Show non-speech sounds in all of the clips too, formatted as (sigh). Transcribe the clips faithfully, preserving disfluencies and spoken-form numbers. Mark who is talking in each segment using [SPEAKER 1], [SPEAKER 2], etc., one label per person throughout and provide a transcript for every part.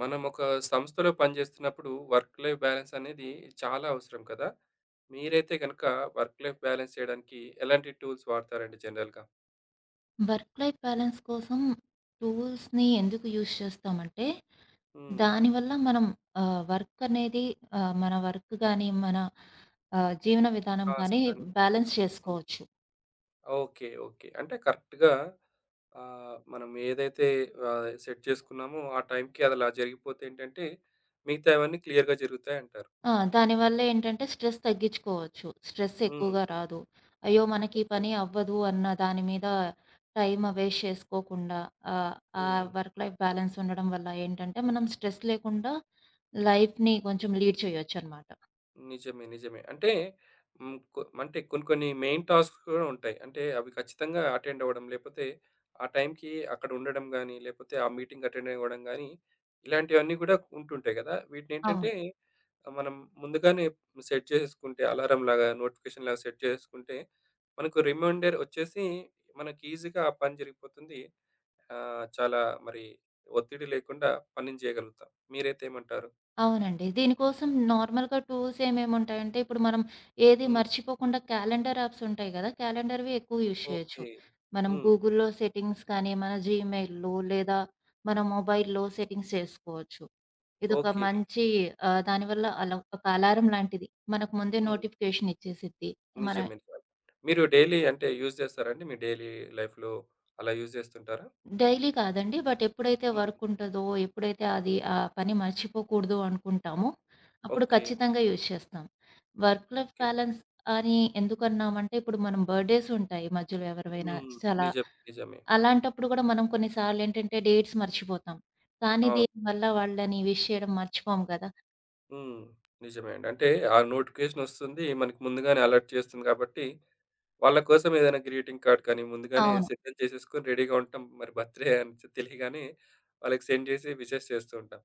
[SPEAKER 1] మనం ఒక సంస్థలో పనిచేస్తున్నప్పుడు వర్క్ లైఫ్ బ్యాలెన్స్ అనేది చాలా అవసరం కదా! మీరైతే గనుక వర్క్ లైఫ్ బ్యాలెన్స్ చేయడానికి ఎలాంటి టూల్స్ వాడతారండి జనరల్‌గా?
[SPEAKER 2] వర్క్ లైఫ్ బ్యాలెన్స్ కోసం టూల్స్‌ని ఎందుకు యూజ్ చేస్తామంటే,
[SPEAKER 1] హ్మ్.
[SPEAKER 2] దానివల్ల మనం ఆహ్, వర్క్ అనేది ఆహ్, మన వర్క్ గాని, మన ఆహ్, జీవన విధానం గాని
[SPEAKER 1] టాస్క్ అని
[SPEAKER 2] బ్యాలెన్స్
[SPEAKER 1] మొత్తం. హ్మ్.
[SPEAKER 2] చేసుకోవచ్చు.
[SPEAKER 1] ఓకే. ఓకే. అంటే కరెక్ట్‌గా ఆహ్, మనం ఏదైతే ఆహ్, సెట్ చేసుకున్నామో ఆ టైంకి అది అలా జరిగిపోతే ఏంటంటే మిగతావన్నీ క్లియర్‌గా జరుగుతాయంటారు.
[SPEAKER 2] ఆ! దానివల్ల ఏంటంటే స్ట్రెస్ తగ్గించుకోవచ్చు. స్ట్రెస్
[SPEAKER 1] హ్మ్.
[SPEAKER 2] ఎక్కువగా రాదు. అయ్యో! మనకి ఈ పని అవ్వదు అన్న దాని మీద టైమ్ వేస్ట్ చేసుకోకుండా ఆహ్, ఆ
[SPEAKER 1] హ్మ్.
[SPEAKER 2] వర్క్ లైఫ్ బ్యాలెన్స్ ఉండడం వల్ల ఏంటంటే, మనం స్ట్రెస్ లేకుండా లైఫ్‌ని కొంచెం లీడ్ చేయొచ్చనమాట.
[SPEAKER 1] నిజమే. నిజమే. అంటే హ్మ్. కొ అంటే కొన్ని కొన్ని మెయిన్ టాస్క్స్ కూడా ఉంటాయి. అంటే అవి ఖచ్చితంగా అటెండ్ అవ్వడం, లేపోతే ఆ టైంకి అక్కడ ఉండడం గానీ, లేపోతే ఆ మీటింగ్ అటెండ్ అవ్వడం గానీ, ఇలాంటివన్నీ గూడా ఉంటుంటాయి గదా! వీటినేంటంటే
[SPEAKER 2] అవును.
[SPEAKER 1] మనం ముందుగానే సెట్ చేసేసుకుంటే అలారంలాగా, నోటిఫికేషన్‌లాగా సెట్ చేసేసుకుంటే మనకు రిమైండర్ వచ్చేసి మనకి ఈజీగా ఆ పని జరిగిపోతుంది. ఆహ్, చాలా మరి ఒత్తిడి లేకుండా పనిని జేయగలుగుతాం. మీరైతే ఏమంటారు?
[SPEAKER 2] అవునండి. దీనికోసం నార్మల్‌గా టూల్స్ ఏమేముంటాయంటే, ఇప్పుడు మనం ఏది
[SPEAKER 1] హ్మ్.
[SPEAKER 2] మర్చిపోకుండా క్యాలెండర్ యాప్స్ ఉంటాయి గదా! క్యాలెండర్‌వి ఎక్కువ యూజ్ చేయొచ్చు.
[SPEAKER 1] ఓకే.
[SPEAKER 2] మనం
[SPEAKER 1] హ్మ్.
[SPEAKER 2] గూగుల్‌లో సెట్టింగ్స్ కానీ, మన జీమెయిల్‌లో లేదా మన మొబైల్‌లో సెట్టింగ్స్ చేసుకోవచ్చు. ఇదొక
[SPEAKER 1] ఓకే.
[SPEAKER 2] మంచి ఆహ్, దానివల్ల అలా ఒక అలారం లాంటిది. మనకు ముందే
[SPEAKER 1] హ్మ్.
[SPEAKER 2] నోటిఫికేషన్ ఇచ్చేసిద్ది. మన
[SPEAKER 1] నిజమే. మీరు డైలీ అంటే యూజ్ చేస్తారండి? మీ డైలీ లైఫ్‌లో అలా యూజ్ చేస్తుంటారా?
[SPEAKER 2] డైలీ కాదండి. బట్ ఎప్పుడైతే
[SPEAKER 1] హ్మ్.
[SPEAKER 2] వర్క్ ఉంటదో, ఎప్పుడైతే అది ఆ పని మర్చిపోకూడదు అనుకుంటామో, అప్పుడు
[SPEAKER 1] ఓకే.
[SPEAKER 2] ఖచ్చితంగా యూజ్ చేస్తాం. Work life
[SPEAKER 1] okay.
[SPEAKER 2] బ్యాలెన్స్ అని ఎందుకన్నామంటే, ఇప్పుడు మనం బర్త్‌డేస్ ఉంటాయి మధ్యలో ఎవరివైనా
[SPEAKER 1] హ్మ్.
[SPEAKER 2] చాలా.
[SPEAKER 1] నిజమే. నిజమే.
[SPEAKER 2] అలాంటప్పుడు కూడా మనం కొన్నిసార్లు ఏంటంటే డేట్స్ మర్చిపోతాం. కానీ
[SPEAKER 1] అవును.
[SPEAKER 2] దీనివల్ల వాళ్ళని విష్ చేయడం మర్చిపోము కదా!
[SPEAKER 1] హ్మ్. నిజమే అండి. అంటే ఆ నోటిఫికేషన్ వస్తుంది. మనకు ముందుగానే అలర్ట్ చేస్తుంది కాబట్టి, వాళ్ళ కోసం ఏదైనా గ్రీటింగ్ కార్డ్ కానీ ముందుగానే
[SPEAKER 2] అవును.
[SPEAKER 1] సిద్ధం చేసేసుకొని రెడీగా ఉంటాం. మరి బర్త్‌డే అని చె- తెలియగానే వాళ్ళకి సెండ్ చేసి విషెస్ చేస్తూ ఉంటాం.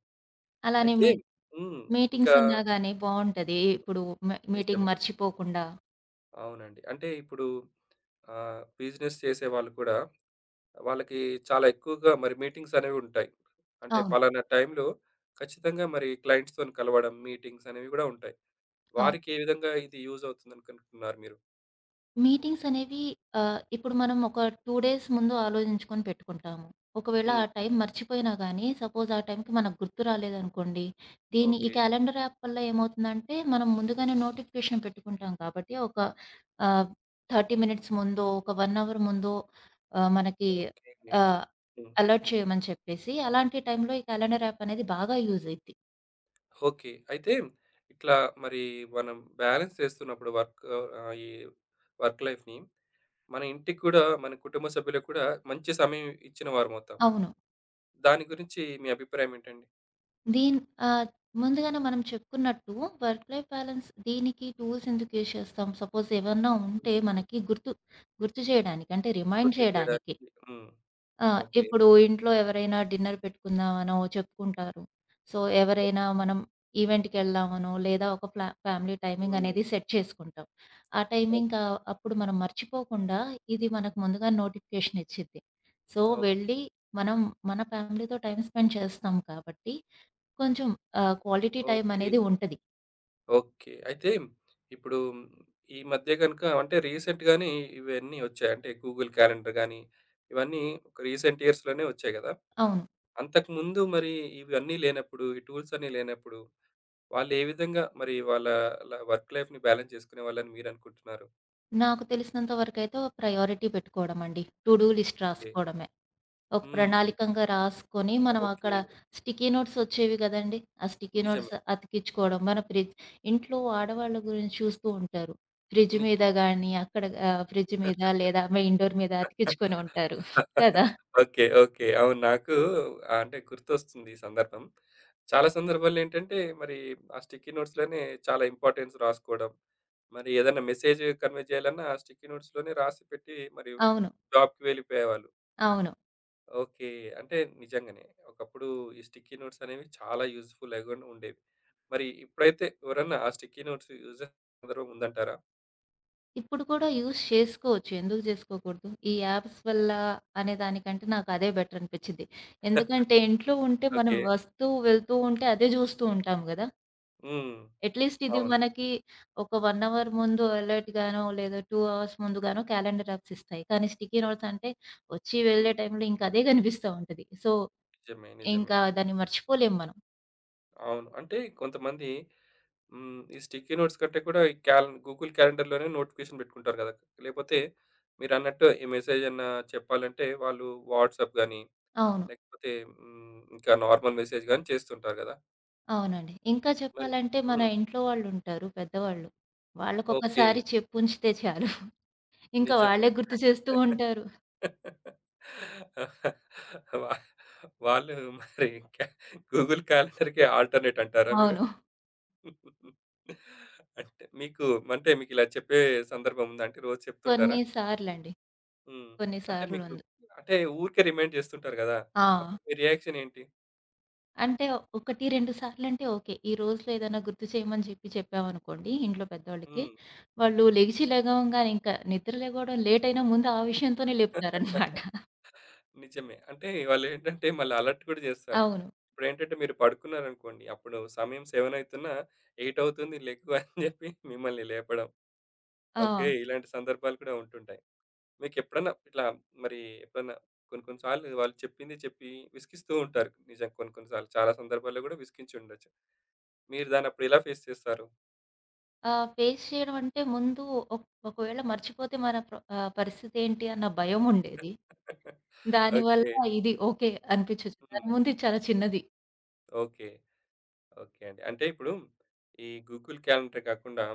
[SPEAKER 2] అలానే
[SPEAKER 1] అయితే
[SPEAKER 2] మీ
[SPEAKER 1] హ్మ్.
[SPEAKER 2] మీటింగ్స్
[SPEAKER 1] ఇంకా
[SPEAKER 2] ఉన్నా గాని బావుంటది. ఇప్పుడు మీ
[SPEAKER 1] నిజమే.
[SPEAKER 2] మీటింగ్ మర్చిపోకుండా
[SPEAKER 1] అవునండి. అంటే ఇప్పుడు ఆహ్, బిజినెస్ చేసేవాళ్ళు కూడా వాళ్ళకి చాలా ఎక్కువగా మరి మీటింగ్స్ అనేవి ఉంటాయి. అంటే
[SPEAKER 2] అవును.
[SPEAKER 1] పలానా టైంలో ఖచ్చితంగా మరి క్లయింట్స్‌తోని కలవడం, మీటింగ్స్ అనేవి గూడా ఉంటాయి.
[SPEAKER 2] అవును.
[SPEAKER 1] వారికి ఏ విధంగా ఇది యూజ్ అవుతుందనుకుంటున్నారు మీరు?
[SPEAKER 2] మీటింగ్స్ అనేవి ఆహ్, ఇప్పుడు మనం ఒక రెండు డేస్ ముందు ఆలోచించుకొని పెట్టుకుంటాము. ఒకవేళ
[SPEAKER 1] హ్మ్.
[SPEAKER 2] ఆ టైం మర్చిపోయినా గానీ, సపోజ్ ఆ టైంకి మనకు గుర్తు రాలేదనుకోండి, దీన్ని ఈ
[SPEAKER 1] ఓకే.
[SPEAKER 2] క్యాలెండర్ యాప్ వల్ల ఏమవుతుందంటే, మనం ముందుగానే నోటిఫికేషన్ పెట్టుకుంటాం కాబట్టి, ఒక ఆహ్, ముప్పై మినిట్స్ ముందో, ఒక 1 అవర్ ముందో ఆహ్, మనకి
[SPEAKER 1] ఓకే.
[SPEAKER 2] ఆహ్,
[SPEAKER 1] హ్మ్.
[SPEAKER 2] అలర్ట్ చేయమని చెప్పేసి, అలాంటి టైంలో ఈ క్యాలెండర్ యాప్ అనేది బాగా యూజ్ అయిద్ది.
[SPEAKER 1] ఓకే. అయితే ఇట్లా మరి మనం బ్యాలెన్స్ చేస్తున్నప్పుడు వర్క్ ఆహ్, ఈ వర్క్ లైఫ్‌ని మన ఇంటికి గూడా, మన కుటుంబ సభ్యులకు కూడా మంచి సమయం ఇచ్చిన వారమవుతాం.
[SPEAKER 2] అవును.
[SPEAKER 1] దాని గురించి మీ అభిప్రాయం ఏంటండి?
[SPEAKER 2] దీన్ ఆహ్, ముందుగానే మనం చెప్పుకున్నట్టు వర్క్ లైఫ్ బ్యాలన్స్ దీనికి టూల్స్ ఎందుకు యూజ్ చేస్తాం? సపోజ్ ఏమన్నా ఉంటే
[SPEAKER 1] హ్మ్.
[SPEAKER 2] మనకి గుర్తు, గుర్తు చేయడానికి అంటే రిమైండ్
[SPEAKER 1] పూర్తి
[SPEAKER 2] చేయడానికి.
[SPEAKER 1] చేయడానికి హ్మ్.
[SPEAKER 2] ఆ!
[SPEAKER 1] ఓకే.
[SPEAKER 2] ఇప్పుడు ఇంట్లో ఎవరైనా డిన్నర్ పెట్టుకుందామనో చెప్పుకుంటారు. సో, ఎవరైనా మనం ఈవెంట్‌కెళ్దామనో లేదా ఒక ఫ్లా ఫ్యామిలీ టైమింగ్
[SPEAKER 1] హ్మ్.
[SPEAKER 2] అనేది సెట్ చేసుకుంటాం. ఆ టైమింగ్
[SPEAKER 1] ఓకే.
[SPEAKER 2] ఆహ్, అప్పుడు మనం మర్చిపోకుండా ఇది మనకు ముందుగా నోటిఫికేషన్ ఇచ్చిద్ది. So,
[SPEAKER 1] okay.
[SPEAKER 2] వెళ్ళి మనం మన ఫ్యామిలీతో టైమ్ స్పెండ్ చేస్తాం కాబట్టి కొంచెం
[SPEAKER 1] హ్మ్.
[SPEAKER 2] ఆహ్, క్వాలిటీ టైమ్
[SPEAKER 1] ఓకే.
[SPEAKER 2] అనేది ఉంటది.
[SPEAKER 1] ఓకే. అయితే ఇప్పుడు ఈ మధ్య గనుక అంటే రీసెంట్‌గానే ఇవన్నీ వచ్చాయి. అంటే గూగుల్ క్యాలెండర్ గానీ, ఇవన్నీ ఒక రీసెంట్ ఇయర్స్‌లోనే వచ్చాయి గదా!
[SPEAKER 2] అవును.
[SPEAKER 1] అంతకుముందు మరి ఇవన్నీ లేనప్పుడు, ఈ టూల్స్ అన్నీ లేనప్పుడు వాళ్ళు ఏ విధంగా మరి వాళ్ళ ల వర్క్ లైఫ్‌ని బ్యాలెన్స్ చేసుకునేవాళ్ళని మీరనుకుంటున్నారు?
[SPEAKER 2] నాకు తెలిసినంత వరకైతే ఓ ప్రయారిటీ పెట్టుకోవడమండి. To do list
[SPEAKER 1] okay.
[SPEAKER 2] రాసుకోవడమే. ఒక
[SPEAKER 1] హ్మ్.
[SPEAKER 2] ప్రణాళికంగా రాసుకొని మనం
[SPEAKER 1] ఓకే.
[SPEAKER 2] అక్కడ స్టిక్కీ నోట్స్ వచ్చేవి గదండీ! ఆ స్టిక్కీ
[SPEAKER 1] నిజమే.
[SPEAKER 2] నోట్స్ అతికిచ్చుకోవడం. మన ఫ్రిడ్జ్ ఇంట్లో ఆడవాళ్ళ గురించి చూస్తూ ఉంటారు. ఫ్రిడ్జ్ మీద
[SPEAKER 1] నిజమే.
[SPEAKER 2] గాని అక్కడ ఆహ్, ఫ్రిడ్జ్ మీద లేదా
[SPEAKER 1] (laughs)
[SPEAKER 2] మెయిన్ డోర్ మీద అతికిచ్చుకొని ఉంటారు. కదా!
[SPEAKER 1] ఓకే. ఓకే. అవును. నాకు ఆహ్, అంటే గుర్తొస్తుంది ఈ సందర్భం. చాలా సందర్భాల్లో ఏంటంటే మరి ఆ స్టిక్కీ నోట్స్‌లోనే చాలా ఇంపార్టెన్స్ రాసుకోవడం. మరి ఏదైనా మెసేజ్ కన్వే చేయాలన్నా ఆ స్టిక్కీ నోట్స్‌లోనే రాసి పెట్టి మరి
[SPEAKER 2] అవును.
[SPEAKER 1] జాబ్‌కి వెళ్ళిపోయేవాళ్ళు.
[SPEAKER 2] అవును.
[SPEAKER 1] ఓకే. అంటే నిజంగానే ఒకప్పుడు ఈ స్టిక్కీ నోట్స్ అనేవి చాలా యూజ్‌ఫుల్ అవి కూడా ఉండేవి. మరి ఇప్పుడైతే ఎవరన్నా ఆ స్టిక్కీ నోట్స్ యూజ్ చేసే సందర్భం ఉందంటారా?
[SPEAKER 2] ఇప్పుడు కూడా యూజ్ చేసుకోవచ్చు. ఎందుకు చేసుకోకూడదు? ఈ యాప్స్ వల్ల అనే దానికంటే నాకదే బెటర్ అనిపిచ్చిద్ది.
[SPEAKER 1] (laughs)
[SPEAKER 2] ఎందుకంటే ఇంట్లో ఉంటే మనం
[SPEAKER 1] ఓకే.
[SPEAKER 2] వస్తూ, వెళ్తూ ఉంటే అదే జూస్తూ ఉంటాం గదా!
[SPEAKER 1] హ్మ్.
[SPEAKER 2] అట్‌లీస్ట్ ఇది
[SPEAKER 1] అవును.
[SPEAKER 2] మనకి ఒక 1 అవర్ ముందు అలర్ట్ గానో, లేదా రెండు అవర్స్ ముందుగానో క్యాలెండర్ యాప్స్ ఇస్తాయి. కానీ స్టిక్కీ నోట్స్ అంటే ఒచ్చి
[SPEAKER 1] హ్మ్.
[SPEAKER 2] వెళ్ళే టైంలో ఇంక అదే గనిపిస్తా ఉంటది. సో,
[SPEAKER 1] నిజమే. నిజమే.
[SPEAKER 2] ఇంకా దాన్ని మర్చిపోలేం మనం.
[SPEAKER 1] అవును. అంటే కొంతమంది హ్మ్. ఈ స్టిక్కీ నోట్స్ కంటే కూడా ఈ క్యాలెం గూగుల్ క్యాలెండర్‌లోనే నోటిఫికేషన్ పెట్టుకుంటారు కదా! లేపోతే మీరన్నట్టు ఈ మెసేజ్ అన్నా చెప్పాలంటే వాళ్ళు వాట్సాప్ గాని,
[SPEAKER 2] అవును.
[SPEAKER 1] లేకపోతే హ్మ్. ఇంకా నార్మల్ మెసేజ్ గాని చేస్తుంటారు కదా!
[SPEAKER 2] అవునండి. ఇంకా
[SPEAKER 1] మరి
[SPEAKER 2] చెప్పాలంటే మన
[SPEAKER 1] హ్మ్.
[SPEAKER 2] ఇంట్లో వాళ్ళుంటారు పెద్దవాళ్ళు.
[SPEAKER 1] ఓకే.
[SPEAKER 2] వాళ్ళకొకసారి చెప్పుంచితే చాలు. ఇంకా
[SPEAKER 1] నిజమే.
[SPEAKER 2] వాళ్ళే గుర్తు చేస్తూ ఉంటారు.
[SPEAKER 1] (laughs) వా వాళ్ళు మరి ఇంకా గూగుల్ క్యాలెండర్‌కి ఆల్టర్‌నేట్ అంటారా మీరు?
[SPEAKER 2] అవును.
[SPEAKER 1] (laughs) అంటే మీకు అంటే మీకిలా చెప్పే సందర్భం ఉందా? అంటే రోజు చెప్తుంటారా?
[SPEAKER 2] కొన్ని సార్లండి.
[SPEAKER 1] హ్మ్.
[SPEAKER 2] కొన్ని
[SPEAKER 1] అంటే మీకు
[SPEAKER 2] సార్లుంది.
[SPEAKER 1] అంటే ఊరికే రిమైండ్ చేస్తుంటారు గదా!
[SPEAKER 2] ఆ!
[SPEAKER 1] అప్పుడు మీ రియాక్షన్ ఏంటి?
[SPEAKER 2] అంటే ఒకటి, రెండు సార్లంటే ఓకే. ఈ రోజులో ఏదైనా గుర్తు చేయమని చెప్పి చెప్పామనుకోండి ఇంట్లో పెద్దోళ్ళకి,
[SPEAKER 1] హ్మ్.
[SPEAKER 2] వాళ్ళు లెగిచి లెగవంగానే ఇంకా నిద్ర లెగవడం లేటయినా ముందు ఆ విషయంతోనే లేపుతారనమాట.
[SPEAKER 1] (laughs) నిజమే. అంటే వాళ్ళేంటంటే మళ్ళీ అలర్ట్ కూడా చేస్తారు.
[SPEAKER 2] అవును.
[SPEAKER 1] ఇప్పుడేంటంటే మీరు పడుకున్నారనుకోండి, అప్పుడు సమయం ఏడు అవుతున్నా, "ఎనిమిది అవుతుంది లెగ్గు" అని చెప్పి మిమ్మల్ని లేపడం. ఓకే.
[SPEAKER 2] ఆ!
[SPEAKER 1] ఇలాంటి సందర్భాలు కూడా ఉంటుంటాయి. మీకెప్పుడన్నా ఇట్లా మరి ఎప్పుడన్నా కొన్ని కొన్ని సార్లు వాళ్ళు చెప్పింది చెప్పి విసిగిస్తూ ఉంటారు. నిజం కొన్ని కొన్ని సార్లు చాలా సందర్భాల్లో కూడా విసిగించి ఉండొచ్చు. మీరు దాన్నప్పుడు ఎలా ఫేస్ చేస్తారు?
[SPEAKER 2] ఆహ్, ఫేస్ చేయడం అంటే ముందు ఒక్ ఒకవేళ మర్చిపోతే మన ప్ర ఆహ్, పరిస్థితేంటి అన్న భయముండేది.
[SPEAKER 1] (laughs) ఓకే.
[SPEAKER 2] దానివల్ల ఇది ఓకే అనిపిచ్చొచ్చు. దాని
[SPEAKER 1] హ్మ్.
[SPEAKER 2] ముందు ఇది చాలా చిన్నది.
[SPEAKER 1] ఓకే. ఓకే అండి. అంటే ఇప్పుడు ఈ గూగుల్ క్యాలెండర్ కాకుండా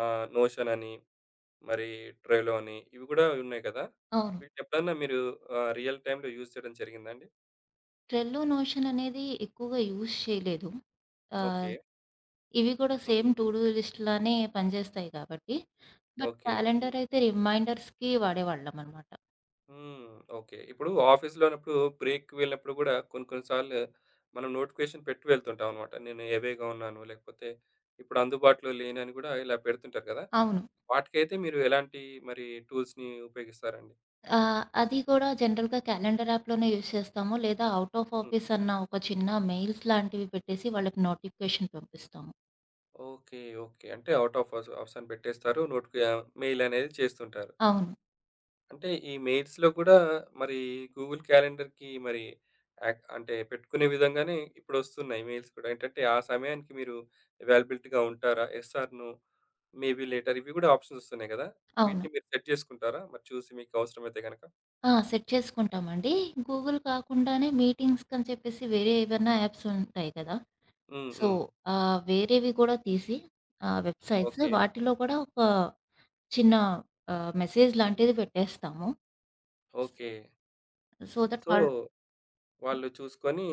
[SPEAKER 1] ఆహ్, నోషన్ అని, మరి ట్రైలో అని ఇవి గూడా ఉన్నాయి కదా!
[SPEAKER 2] అవును.
[SPEAKER 1] వీటినెప్పుడన్నా మీరు ఆహ్, రియల్ టైమ్‌లో యూజ్ చేయడం జరిగిందా అండి?
[SPEAKER 2] ట్రెల్లో, నోషన్ అనేది ఎక్కువగా యూజ్ చేయలేదు.
[SPEAKER 1] ఓకే.
[SPEAKER 2] ఆహ్, ఇవి కూడా సేమ్
[SPEAKER 1] హ్మ్.
[SPEAKER 2] టు డూ లిస్ట్ లానే పనిచేస్తాయి కాబట్టి, బట్
[SPEAKER 1] ఓకే.
[SPEAKER 2] క్యాలెండర్ అయితే రిమైండర్స్‌కి వాడేవాళ్ళం అనమాట.
[SPEAKER 1] హ్మ్. ఓకే. ఇప్పుడు ఆఫీస్‌లో ఉన్నప్పుడు బ్రేక్‌కి వెళ్ళినప్పుడు గూడా కొన్ని కొన్ని సార్లు మనం నోటిఫికేషన్ పెట్టి వెళ్తుంటాం అన్నమాట. నేను అవేగా ఉన్నాను లేకపోతే ఇప్పుడు అందుబాటులో లేనని గూడా ఇలా పెడుతుంటారు కదా!
[SPEAKER 2] అవును.
[SPEAKER 1] వాటికైతే మీరు ఎలాంటి మరి టూల్స్‌ని ఉపయోగిస్తారండి?
[SPEAKER 2] ఆహ్, అది కూడా జనరల్‌గా క్యాలెండర్ యాప్‌లోనే యూజ్ చేస్తాము. లేదా ఔట్ ఆఫ్ ఆఫీస్ అన్న ఒక చిన్న మెయిల్స్ లాంటివి పెట్టేసి వాళ్ళకి నోటిఫికేషన్ పంపిస్తాము.
[SPEAKER 1] ఓకే. ఓకే. అంటే ఔట్ ఆఫ్ అస్ ఆప్షన్ పెట్టేస్తారు. నోటిఫి ఆహ్, మెయిల్ అనేది చేస్తుంటారు.
[SPEAKER 2] అవును.
[SPEAKER 1] అంటే ఈ మెయిల్స్‌లో కూడా మరి గూగుల్ క్యాలెండర్‌కి మరి యాక్ అంటే పెట్టుకునే విధంగానే ఇప్పుడొస్తున్నాయి మెయిల్స్ కూడా. ఏంటంటే ఆ సమయానికి మీరు అవైలబిలిటీగా ఉంటారా? Yes or no, maybe later ఇవి కూడా ఆప్షన్స్ వస్తున్నాయి కదా!
[SPEAKER 2] అవును.
[SPEAKER 1] వీటిని మీరు సెట్ చేసుకుంటారా? మరి చూసి మీకు అవసరమైతే గనక?
[SPEAKER 2] ఆ! సెట్ చేసుకుంటామండి. గూగుల్ కాకుండానే మీటింగ్స్‌కని చెప్పేసి వేరే ఏవైనా యాప్స్ ఉంటాయి కదా!
[SPEAKER 1] హ్మ్.
[SPEAKER 2] సో,
[SPEAKER 1] హ్మ్.
[SPEAKER 2] ఆహ్, వేరేవి గూడా తీసి ఆహ్, వెబ్‌సైట్స్
[SPEAKER 1] ఓకే.
[SPEAKER 2] వాటిలో కూడా ఒక చిన్న ఆహ్, మెసేజ్ లాంటిది
[SPEAKER 1] హ్మ్.
[SPEAKER 2] పెట్టేస్తాము.
[SPEAKER 1] ఓకే.
[SPEAKER 2] సో దట్
[SPEAKER 1] సో,
[SPEAKER 2] వాళ్ళు
[SPEAKER 1] వాళ్ళు చూసుకొని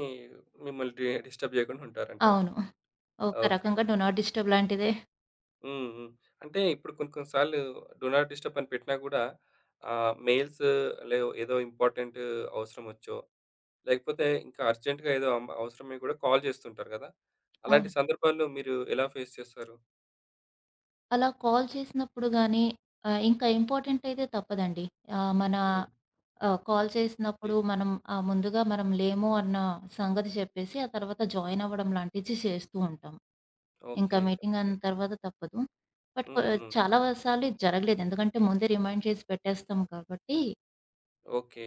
[SPEAKER 1] మిమ్మల్ని డి డిస్టర్బ్ చేయకుండా ఉంటారంటారు.
[SPEAKER 2] అవును. ఒక
[SPEAKER 1] ఓకే.
[SPEAKER 2] రకంగా డూ నాట్ డిస్టర్బ్ లాంటిదే.
[SPEAKER 1] హ్మ్. హ్మ్. అంటే ఇప్పుడు కొన్ని కొన్ని సార్లు డూ నాట్ డిస్టర్బ్ అని పెట్టినా గూడా ఆహ్, మెయిల్స్ లే ఏదో ఇంపార్టెంట్ అవసరం వచ్చో, లేకపోతే ఇంకా అర్జెంట్‌గా ఏదో అం అవసరమై కూడా కాల్ చేస్తుంటారు గదా! అలాంటి
[SPEAKER 2] అవును.
[SPEAKER 1] సందర్భాల్లో మీరు ఎలా ఫేస్ చేస్తారు?
[SPEAKER 2] అలా కాల్ చేసినప్పుడు గానీ ఆహ్, ఇంకా ఇంపార్టెంట్ అయితే తప్పదండి. ఆహ్, మన
[SPEAKER 1] హ్మ్.
[SPEAKER 2] ఆహ్, కాల్
[SPEAKER 1] ఓకే.
[SPEAKER 2] చేసినప్పుడు మనం ఆహ్, ముందుగా మనం లేము అన్న సంగతి చెప్పేసి, ఆ తర్వాత జాయిన్ అవ్వడం లాంటిది చేస్తూ ఉంటాం. ఇంకా
[SPEAKER 1] ఓకే.
[SPEAKER 2] Meeting
[SPEAKER 1] okay.
[SPEAKER 2] అన్న తర్వాత తప్పదు. బట్ కొ
[SPEAKER 1] హ్మ్. హ్మ్.
[SPEAKER 2] చాలా వ సార్లు ఇది జరగలేదు. ఎందుకంటే ముందే రిమైండ్ చేసి పెట్టేస్తాం కాబట్టి,
[SPEAKER 1] ఓకే.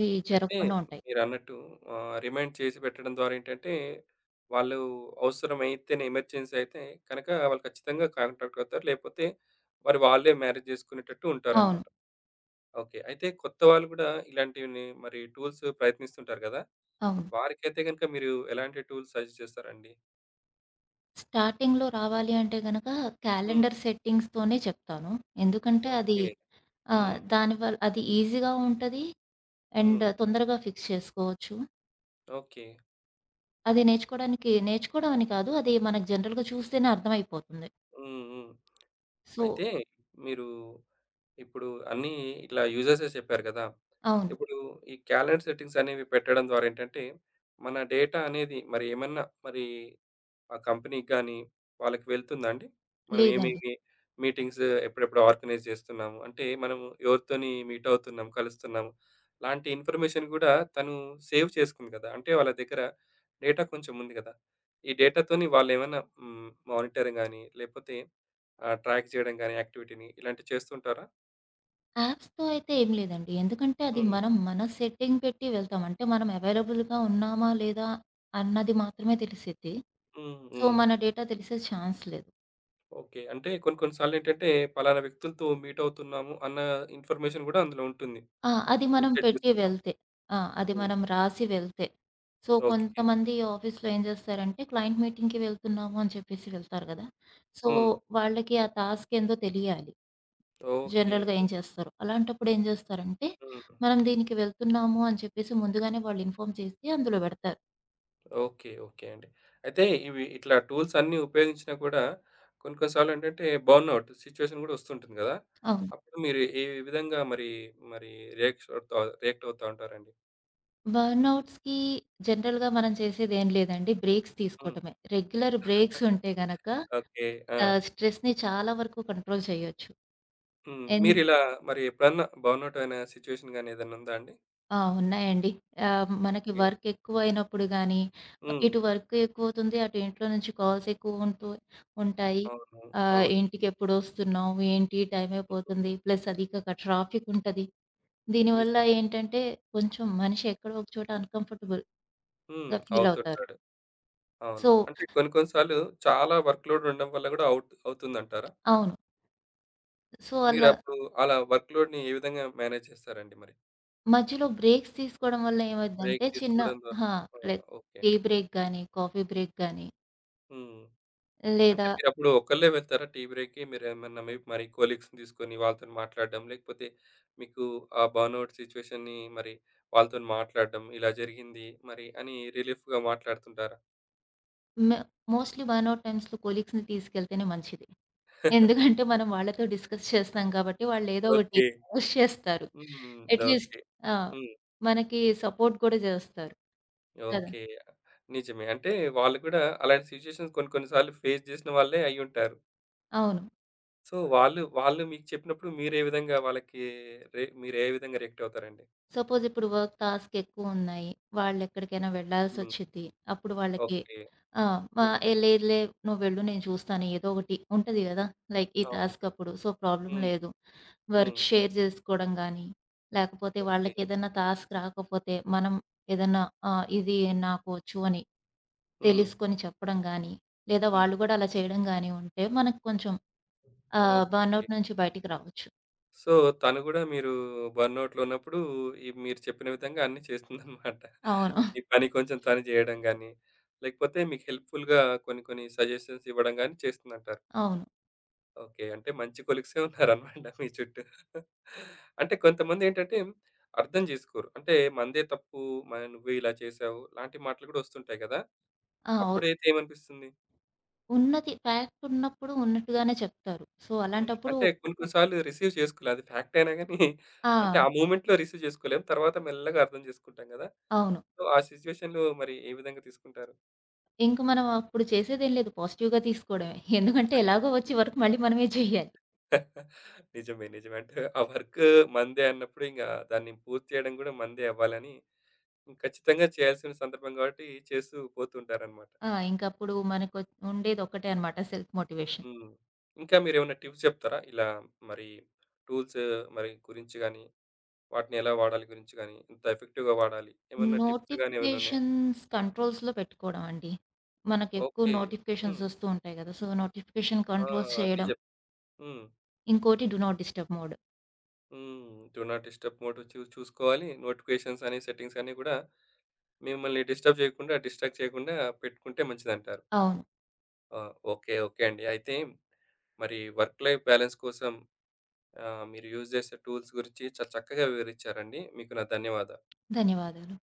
[SPEAKER 2] ఇవి
[SPEAKER 1] అయితే
[SPEAKER 2] జరగకుండా ఉంటాయి.
[SPEAKER 1] మీరన్నట్టు ఆహ్, రిమైండ్ చేసి పెట్టడం ద్వారా ఏంటంటే, వాళ్ళు అవసరమైతేనే ఎమర్జెన్సీ అయితే కనుక వాళ్ళు ఖచ్చితంగా కాంటాక్ట్ అవుతారు. లేకపోతే మరి వాళ్ళే మ్యారేజ్ చేసుకునేటట్టు
[SPEAKER 2] అవును.
[SPEAKER 1] ఉంటారనమాట. ఓకే. అయితే కొత్త వాళ్ళు గూడా ఇలాంటివిని మరి టూల్స్ ప్రయత్నిస్తుంటారు గదా!
[SPEAKER 2] అవును.
[SPEAKER 1] వారికైతే గనుక మీరు ఎలాంటి టూల్స్ సజెస్ట్ చేస్తారండి?
[SPEAKER 2] స్టార్టింగ్‌లో రావాలి అంటే గనక
[SPEAKER 1] హ్మ్.
[SPEAKER 2] క్యాలెండర్ సెట్టింగ్స్‌తోనే చెప్తాను. ఎందుకంటే అది
[SPEAKER 1] ఓకే.
[SPEAKER 2] ఆ!
[SPEAKER 1] హ్మ్.
[SPEAKER 2] దానివల్ల అది ఈజీగా ఉంటది.
[SPEAKER 1] హ్మ్.
[SPEAKER 2] అండ్ తొందరగా ఫిక్స్ చేసుకోవచ్చు.
[SPEAKER 1] ఓకే.
[SPEAKER 2] అది నేర్చుకోవడానికి నేర్చుకోవడం అని కాదు. అది మనకు జనరల్‌గా చూస్తేనే అర్థమైపోతుంది.
[SPEAKER 1] హ్మ్. హ్మ్.
[SPEAKER 2] సో
[SPEAKER 1] అయితే మీరు ఇప్పుడు అన్నీ ఇట్లా యూజెసే చెప్పారు గదా!
[SPEAKER 2] అవును.
[SPEAKER 1] ఇప్పుడు ఈ క్యాలెండర్ సెట్టింగ్స్ అనేవి పెట్టడం ద్వారా ఏంటంటే, మన డేటా అనేది మరి ఏమన్నా మరి ఆ కంపెనీకి గాని, వాళ్ళకి వెళ్తుందా అండి? మనం
[SPEAKER 2] లేదండి.
[SPEAKER 1] ఏమేమి మీటింగ్స్ ఎప్పుడెప్పుడు ఆర్గనైజ్ చేస్తున్నాము? అంటే మనము ఎవరితోని మీట్ అవుతున్నాం, కలుస్తున్నాము. లాంటి ఇన్ఫర్మేషన్ గూడా తను సేవ్ చేసుకుంది కదా! అంటే వాళ్ళ దగ్గర డేటా కొంచెం ఉంది కదా! ఈ డేటాతోని వాళ్ళేమన్నా హ్మ్. మానిటరింగ్ గాని, లేపోతే ఆహ్, ట్రాక్ చేయడం గాని యాక్టివిటీని ఇలాంటివి చేస్తుంటారా?
[SPEAKER 2] యాప్స్‌తో అయితే ఏం లేదండి. ఎందుకంటే అది
[SPEAKER 1] హ్మ్.
[SPEAKER 2] మనం మన సెట్టింగ్ పెట్టి వెళ్తాం. అంటే మనం అవైలబుల్‌గా ఉన్నామా? లేదా? అన్నది మాత్రమే తెలిసిద్ది.
[SPEAKER 1] హ్మ్.
[SPEAKER 2] సో,
[SPEAKER 1] హ్మ్.
[SPEAKER 2] మన డేటా తెలిసే ఛాన్స్ లేదు.
[SPEAKER 1] ఓకే. అంటే కొన్ని కొన్ని సార్లేంటంటే పలానా వ్యక్తులతో మీట్ అవుతున్నాము అన్న ఇన్ఫర్మేషన్ గూడా అందులో ఉంటుంది.
[SPEAKER 2] ఆ! అది మనం
[SPEAKER 1] ఇన్‌సైట్
[SPEAKER 2] పెట్టి
[SPEAKER 1] తీసుకుంటాం.
[SPEAKER 2] వెళ్తే. ఆ! అది
[SPEAKER 1] హ్మ్.
[SPEAKER 2] మనం రాసి వెళ్తే. So,
[SPEAKER 1] okay.
[SPEAKER 2] కొంతమంది ఆఫీస్‌లో ఏం చేస్తారంటే క్లయింట్ మీటింగ్‌కి వెళ్తున్నాము అని చెప్పేసి వెళ్తారు కదా! సో,
[SPEAKER 1] హ్మ్.
[SPEAKER 2] వాళ్ళకి ఆ టాస్క్ ఏందో తెలియాలి.
[SPEAKER 1] ఓకే.
[SPEAKER 2] జనరల్‌గా ఏం
[SPEAKER 1] ఓకే.
[SPEAKER 2] చేస్తారు? అలాంటప్పుడు ఏం చేస్తారంటే,
[SPEAKER 1] హ్మ్.
[SPEAKER 2] మనం దీనికి వెళ్తున్నాము అని చెప్పేసి ముందుగానే వాళ్ళు ఇన్ఫార్మ్ చేసి అందులో పెడతారు.
[SPEAKER 1] ఓకే. ఓకే అండి. అయితే ఇవి ఇట్లా టూల్స్ అన్నీ ఉపయోగించినా కూడా కొన్ని కొన్ని సార్లు ఏంటంటే బర్న్‌ఔట్ సిట్యుయేషన్ గూడా వస్తుంటుంది గదా!
[SPEAKER 2] అవును.
[SPEAKER 1] అప్పుడు మీరు ఏ విధంగా మరి మరి రియాక్ట్ అవుతా రియాక్ట్ అవుతా ఉంటారండి?
[SPEAKER 2] బర్న్‌ఔట్స్‌కి జనరల్‌గా మనం చేసేదేం లేదండి. బ్రేక్స్
[SPEAKER 1] హ్మ్.
[SPEAKER 2] తీసుకోవటమే. రెగ్యులర్ బ్రేక్స్ ఉంటే గనక
[SPEAKER 1] ఓకే. ఆ!
[SPEAKER 2] ఆహ్, స్ట్రెస్‌ని చాలా వరకు కంట్రోల్ చేయొచ్చు.
[SPEAKER 1] హ్మ్.
[SPEAKER 2] ఎన్
[SPEAKER 1] మీరిలా మరి ఎప్పుడన్నా బర్న్‌ఔట్ అయిన సిట్యుయేషన్ గాని ఏదైనా ఉందా అండి?
[SPEAKER 2] ఆ! ఉన్నాయండి. ఆహ్, మనకి
[SPEAKER 1] ఓకే.
[SPEAKER 2] వర్క్ ఎక్కువైనప్పుడు గానీ,
[SPEAKER 1] హ్మ్.
[SPEAKER 2] ఇటు వర్క్ ఎక్కువవుతుంది, అటు ఇంట్లో నుంచి కాల్స్ ఎక్కువ ఉంటూ ఉంటాయి.
[SPEAKER 1] అవును.
[SPEAKER 2] ఆహ్,
[SPEAKER 1] అవును.
[SPEAKER 2] ఇంటికెప్పుడొస్తున్నావు? ఏంటి? టైం అయిపోతుంది.
[SPEAKER 1] హుహుహు.
[SPEAKER 2] ప్లస్ అది కాక ట్రాఫిక్ ఉంటది. దీనివల్ల
[SPEAKER 1] నిజమే.
[SPEAKER 2] ఏంటంటే, కొంచెం మనిషి ఎక్కడో ఒక చోట అన్‌కంఫర్టబుల్‌గా
[SPEAKER 1] హ్మ్.
[SPEAKER 2] ఫీల్ అవుతారు.
[SPEAKER 1] అవుతుంటాడు. అవును.
[SPEAKER 2] సో
[SPEAKER 1] అంటే కొన్ని కొన్ని సార్లు చాలా వర్క్‌లోడ్ ఉండడం వల్ల గూడా అవుట్ అవుతుందంటారా?
[SPEAKER 2] అవును. సో, అలా
[SPEAKER 1] మీరప్పుడు అలా వర్క్ లోడ్‌ని ఏ విధంగా మేనేజ్ చేస్తారండి మరి?
[SPEAKER 2] మధ్యలో బ్రేక్స్ తీసుకోవడం వల్ల
[SPEAKER 1] బ్రేక్
[SPEAKER 2] ఏమైద్దంటే చిన్న
[SPEAKER 1] తీసుకోవడం ద్వారా
[SPEAKER 2] అహా!
[SPEAKER 1] ఆ!
[SPEAKER 2] Like
[SPEAKER 1] okay.
[SPEAKER 2] టీ బ్రేక్ గాని, కాఫీ బ్రేక్ గాని,
[SPEAKER 1] హ్మ్. అంటే
[SPEAKER 2] లేదా
[SPEAKER 1] మీరప్పుడు ఒక్కళ్ళే వెళ్తారా టీ బ్రేక్‌కి? మీరేమన్నా మే మరి కొలీగ్స్‌ని తీసుకొని వాళ్ళతోని మాట్లాడడం, లేకపోతే మీకు ఆ బర్న్‌ఔట్ సిట్యుయేషన్‌ని మరి వాళ్ళతోని మాట్లాడడం, ఇలా జరిగింది మరి అని రిలీఫ్‌గా మాట్లాడుతుంటారా?
[SPEAKER 2] మె మోస్ట్‌లీ వన్ ఆర్ టైమ్స్‌లో కొలీగ్స్‌ని తీసుకెళ్తేనే మంచిది. ఎందుకంటే
[SPEAKER 1] (laughs)
[SPEAKER 2] మనం వాళ్ళతో డిస్కస్ చేస్తాం కాబట్టి వాళ్ళు ఏదో ఒకటి
[SPEAKER 1] ఓకే.
[SPEAKER 2] సజెస్ట్ చేస్తారు.
[SPEAKER 1] హ్మ్.
[SPEAKER 2] At least
[SPEAKER 1] okay.
[SPEAKER 2] ఆ!
[SPEAKER 1] హ్మ్.
[SPEAKER 2] మనకి సపోర్ట్ కూడా చేస్తారు. కదా!
[SPEAKER 1] ఓకే. నిజమే. అంటే వాళ్ళు కూడా అలాంటి సిట్యుయేషన్స్ కొన్ని కొన్ని సార్లు ఫేస్ చేసిన వాళ్ళే అయ్యుంటారు.
[SPEAKER 2] అవును.
[SPEAKER 1] సో, వాళ్ళు వాళ్ళు మీకు చెప్పినప్పుడు మీరే విధంగా వాళ్ళకి రే మీరు ఏ విధంగా రియాక్ట్ అవుతారండి?
[SPEAKER 2] సపోజ్ ఇప్పుడు వర్క్ టాస్క్ ఎక్కువున్నాయి. వాళ్ళెక్కడికైనా
[SPEAKER 1] హ్మ్.
[SPEAKER 2] వెళ్ళాల్సొచ్చిద్ది. అప్పుడు వాళ్ళకి
[SPEAKER 1] ఓకే.
[SPEAKER 2] ఆ! మ
[SPEAKER 1] హ్మ్.
[SPEAKER 2] ఏ లేదులే, నువ్వు వెళ్ళు నేను చూస్తాను ఏదో ఒకటి ఉంటది గదా! లైక్ ఈ
[SPEAKER 1] అవును.
[SPEAKER 2] టాస్క్ అప్పుడు. సో, ప్రాబ్లమ్
[SPEAKER 1] హ్మ్.
[SPEAKER 2] లేదు. వర్క్
[SPEAKER 1] హ్మ్.
[SPEAKER 2] షేర్ జేసుకోవడం గానీ, లేకపోతే
[SPEAKER 1] ఓకే.
[SPEAKER 2] వాళ్ళకేదన్నా టాస్క్ రాకపోతే మనం ఏదన్నా ఆహ్, ఇది నాకు వచ్చు అని
[SPEAKER 1] హ్మ్.
[SPEAKER 2] తెలుసుకొని చెప్పడం గానీ, లేదా
[SPEAKER 1] హ్మ్.
[SPEAKER 2] వాళ్ళు గూడా అలా చేయడం గానీ ఉంటే మనకు కొంచెం ఆహ్,
[SPEAKER 1] ఓకే.
[SPEAKER 2] బర్న్‌ఔట్ నుంచి బయటికి రావచ్చు.
[SPEAKER 1] సో, తను గూడా మీరు బర్న్‌ఔట్‌లో ఉన్నప్పుడు ఈ మీరు చెప్పిన విధంగా అన్నీ చేస్తుందనమాట. (laughs)
[SPEAKER 2] అవును.
[SPEAKER 1] మీ పని కొంచెం తను జేయడం గాని, లేకపోతే మీకు హెల్ప్‌ఫుల్‌గా కొన్ని కొన్ని సజెషన్స్ ఇవ్వడం గాని చేస్తుందంటారు.
[SPEAKER 2] అవును.
[SPEAKER 1] ఓకే. అంటే మంచి కొలీగ్సే ఉన్నారనమాట మీ చుట్టూ. అంటే కొంతమందేంటంటే అర్థం జేసుకోరు. అంటే మనదే తప్పు, మ నువ్వే ఇలా చేశావు లాంటి మాటలు గూడా వస్తుంటాయి గదా!
[SPEAKER 2] ఆ!
[SPEAKER 1] అప్పుడైతే ఏమనిపిస్తుంది?
[SPEAKER 2] ఉన్నది ఫ్యాక్ట్ ఉన్నప్పుడు ఉన్నట్టుగానే చెప్తారు. సో,
[SPEAKER 1] హ్మ్.
[SPEAKER 2] అలాంటప్పుడు
[SPEAKER 1] అంటే కొన్ని కొన్ని సార్లు రిసీవ్ చేసుకోలే. అది ఫ్యాక్ట్ అయినా గానీ అంటే
[SPEAKER 2] ఆ!
[SPEAKER 1] ఆ మూమెంట్‌లో రిసీవ్ చేసుకోలేం. తర్వాత మెల్లగా అర్థం జేసుకుంటాం గదా!
[SPEAKER 2] అవును.
[SPEAKER 1] సో, ఆ సిట్యుయేషన్‌లో మరి ఏ విధంగా తీసుకుంటారు?
[SPEAKER 2] ఇంక మనం అప్పుడు చేసేదేం లేదు, పాజిటివ్‌గా తీసుకోవడమే.
[SPEAKER 1] హ్మ్.
[SPEAKER 2] ఎందుకంటే ఎలాగో వచ్చే వర్క్
[SPEAKER 1] (laughs)
[SPEAKER 2] మళ్ళీ మనమే చేయాలి.
[SPEAKER 1] నిజమే. నిజమే. అంటే ఆ వర్క్ మనదే అన్నప్పుడు ఇంగా దాన్ని పూర్తి చేయడం గూడా మనదే అవ్వాలని హ్మ్. ఖచ్చితంగా చేయాల్సిన సందర్భం కాబట్టి చేస్తూ పోతుంటారనమాట.
[SPEAKER 2] ఆ! ఇంకప్పుడు మనకు ఉండేది ఒక్కటే అన్నమాట, సెల్ఫ్ మోటివేషన్.
[SPEAKER 1] హ్మ్. ఇంకా మీరేమైనా టిప్స్ చెప్తారా? ఇలా మరి టూల్స్ మరి గురించి గాని, వాటిని ఎలా వాడాలి గురించి గాని, ఎంత ఎఫెక్టివ్‌గా వాడాలి? ఏమన్నా టిప్స్ గాని ఏమైనా ఉన్నాయా?
[SPEAKER 2] నోటిఫికేషన్స్ కంట్రోల్స్‌లో పెట్టుకోవడం అండి. మనకెక్కువ
[SPEAKER 1] ఓకే. హ్మ్.
[SPEAKER 2] నోటిఫికేషన్స్ వస్తూ ఉంటాయి కదా! సో, నోటిఫికేషన్
[SPEAKER 1] ఆ!
[SPEAKER 2] కంట్రోల్స్ చేయడం.
[SPEAKER 1] నిజం. హ్మ్.
[SPEAKER 2] ఇంకోటి డు నాట్ డిస్టర్బ్ మోడ్.
[SPEAKER 1] హ్మ్. డు నాట్ డిస్టర్బ్ మోడ్ చూ చూసుకోవాలి. నోటిఫికేషన్స్ అని, సెట్టింగ్స్ అన్నీ గూడా మిమ్మల్ని డిస్టర్బ్ చేయకుండా, డిస్ట్రాక్ట్ చేయకుండా పెట్టుకుంటే మంచిదంటారు.
[SPEAKER 2] అవును.
[SPEAKER 1] ఆ! ఓకే. ఓకే అండి. అయితే మరి వర్క్ లైఫ్ బ్యాలెన్స్ కోసం ఆహ్, మీరు యూజ్ చేసే టూల్స్ గురించి చాలా చక్కగా వివరిచ్చారండి. మీకు నా ధన్యవాదాలు.
[SPEAKER 2] ధన్యవాదాలు.